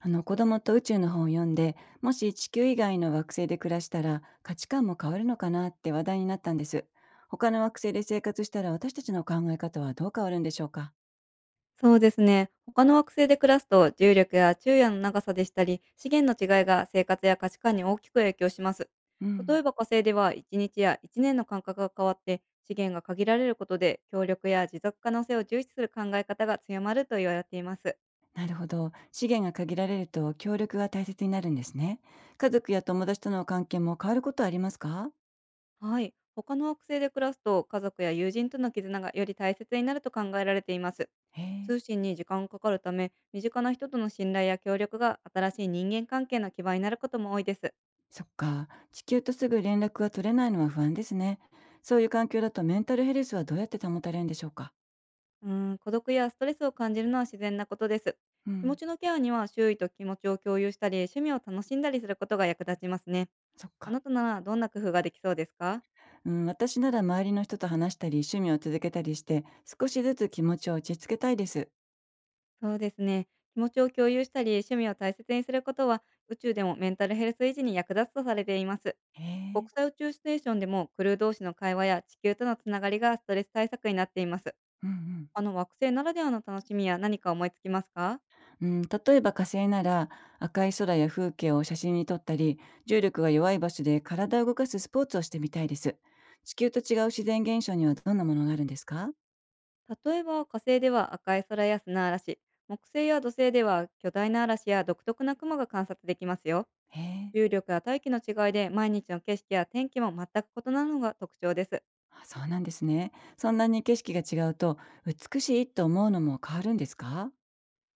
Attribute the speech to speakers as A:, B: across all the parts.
A: あの、子供と宇宙の本を読んで、もし地球以外の惑星で暮らしたら価値観も変わるのかなって話題になったんです。他の惑星で生活したら私たちの考え方はどう変わるんでしょうか？
B: そうですね。他の惑星で暮らすと、重力や昼夜の長さでしたり、資源の違いが生活や価値観に大きく影響します。
A: う
B: 例
A: ん。
B: えば火星では1日や1年の間隔が変わって、資源が限られることで、協力や持続可能性を重視する考え方が強まると言われています。
A: なるほど、資源が限られると協力が大切になるんですね。家族や友達との関係も変わることはありますか？
B: はい。他の惑星で暮らすと、家族や友人との絆がより大切になると考えられています。
A: へえ。
B: 通信に時間がかかるため、身近な人との信頼や協力が新しい人間関係の基盤になることも多いです。
A: そっか、地球とすぐ連絡が取れないのは不安ですね。そういう環境だとメンタルヘルスはどうやって保たれるんでしょうか？
B: うーん、孤独やストレスを感じるのは自然なことです。
A: う
B: 気持
A: ん。
B: ちのケアには周囲と気持ちを共有したり、趣味を楽しんだりすることが役立ちますね。
A: そっ
B: あ
A: か。
B: なたならどんな工夫ができそうですか？
A: うん、私なら周りの人と話したり趣味を続けたりして、少しずつ気持ちを落ち着けたいです。
B: そうですね。気持ちを共有したり、趣味を大切にすることは、宇宙でもメンタルヘルス維持に役立つとされています。
A: へ
B: 国
A: え。
B: 際宇宙ステーションでもクルー同士の会話や地球とのつながりがストレス対策になっています。
A: うん
B: あの惑星ならではの楽しみや何か思いつきますか？
A: うん、例えば火星なら赤い空や風景を写真に撮ったり、重力が弱い場所で体を動かすスポーツをしてみたいです。地球と違う自然現象にはどんなものがあるんですか？
B: 例えば火星では赤い空や砂嵐、木星や土星では巨大な嵐や独特な雲が観察できますよ。
A: へえ。
B: 重力や大気の違いで毎日の景色や天気も全く異なるのが特徴です。
A: あ、そうなんですね。そんなに景色が違うと、美しいと思うのも変わるんですか？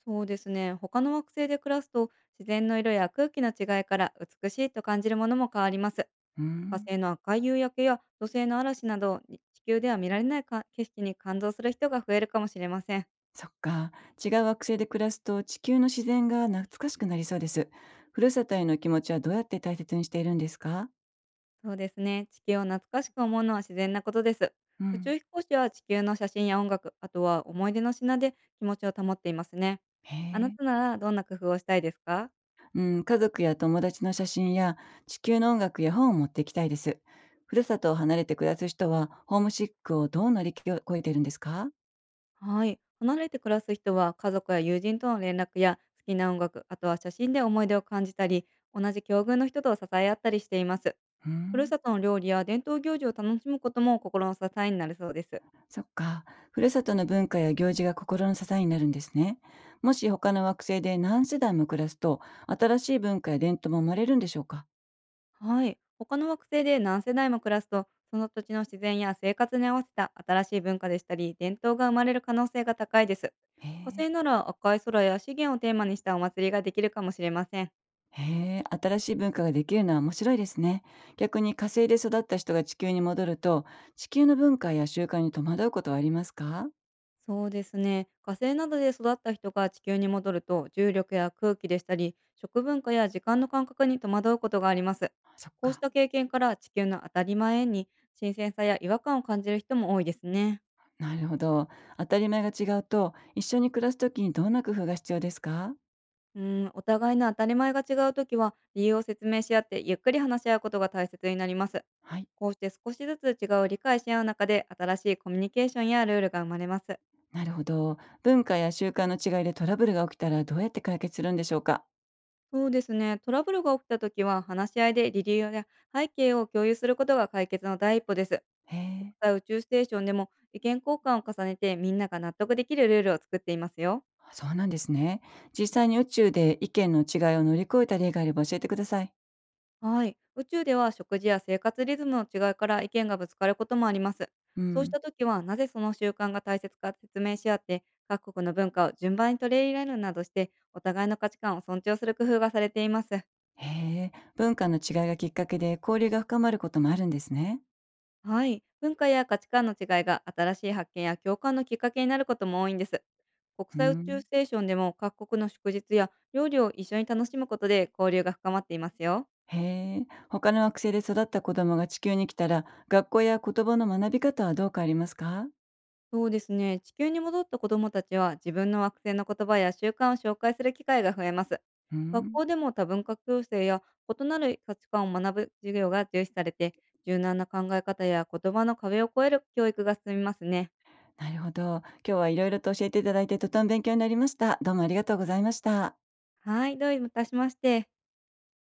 B: そうですね。他の惑星で暮らすと、自然の色や空気の違いから美しいと感じるものも変わります。
A: う
B: 火
A: ん。
B: 星の赤い夕焼けや土星の嵐など、地球では見られないか景色に感動する人が増えるかもしれません。
A: そっか。違う惑星で暮らすと地球の自然が懐かしくなりそうです。ふるさとへの気持ちはどうやって大切にしているんですか？
B: そうですね。地球を懐かしく思うのは自然なことです。
A: う
B: 宇
A: ん。
B: 宙飛行士は地球の写真や音楽、あとは思い出の品で気持ちを保っていますね。
A: へ
B: あな
A: え。
B: たならどんな工夫をしたいですか？
A: うん、家族や友達の写真や地球の音楽や本を持っていきたいです。ふるさとを離れて暮らす人はホームシックをどう乗り越えているんですか？
B: はい。離れて暮らす人は家族や友人との連絡や好きな音楽、あとは写真で思い出を感じたり、同じ境遇の人と支え合ったりしています。
A: う
B: ふる
A: ん。
B: さとの料理や伝統行事を楽しむことも心の支えになるそうです。
A: そっか。ふるさとの文化や行事が心の支えになるんですね。もし他の惑星で何世代も暮らすと、新しい文化や伝統も生まれるんでしょうか？
B: はい。他の惑星で何世代も暮らすと、その土地の自然や生活に合わせた新しい文化でしたり、伝統が生まれる可能性が高いです。
A: へ
B: 火
A: え。
B: 星なら赤い空や資源をテーマにしたお祭りができるかもしれません。
A: へえ、新しい文化ができるのは面白いですね。逆に火星で育った人が地球に戻ると、地球の文化や習慣に戸惑うことはありますか？
B: そうですね。火星などで育った人が地球に戻ると、重力や空気でしたり、食文化や時間の感覚に戸惑うことがあります。
A: そっ
B: こうし
A: か。
B: た経験から、地球の当たり前に新鮮さや違和感を感じる人も多いですね。
A: なるほど。当たり前が違うと、一緒に暮らすときにどんな工夫が必要ですか？
B: うん、お互いの当たり前が違うときは、理由を説明し合ってゆっくり話し合うことが大切になります。
A: はい。
B: こうして少しずつ違いを理解し合う中で、新しいコミュニケーションやルールが生まれます。
A: なるほど。文化や習慣の違いでトラブルが起きたらどうやって解決するんでしょうか？
B: そうですね、トラブルが起きたときは、話し合いで理由や背景を共有することが解決の第一歩です。
A: へ
B: 国
A: え、
B: 際宇宙ステーションでも、意見交換を重ねてみんなが納得できるルールを作っていますよ。
A: そうなんですね。実際に宇宙で意見の違いを乗り越えた例があれば教えてください。
B: はい。宇宙では食事や生活リズムの違いから意見がぶつかることもあります。
A: う
B: そうし
A: ん。
B: た時は、なぜその習慣が大切か説明し合って、各国の文化を順番に取り入れるなどして、お互いの価値観を尊重する工夫がされています。
A: へえ、文化の違いがきっかけで交流が深まることもあるんですね。
B: はい。文化や価値観の違いが新しい発見や共感のきっかけになることも多いんです。国
A: うー
B: 際宇宙
A: ん。
B: ステーションでも各国の祝日や料理を一緒に楽しむことで交流が深まっていますよ。
A: へえ、他の惑星で育った子供が地球に来たら、学校や言葉の学び方はどう変わりますか？
B: そうですね。地球に戻った子どもたちは自分の惑星の言葉や習慣を紹介する機会が増えます。
A: うー
B: 学
A: ん。
B: 校でも多文化共生や異なる価値観を学ぶ授業が重視されて、柔軟な考え方や言葉の壁を越える教育が進みますね。
A: なるほど。今日はいろいろと教えていただいて、とても勉強になりました。どうもありがとうございました。
B: はい、どういたしまして。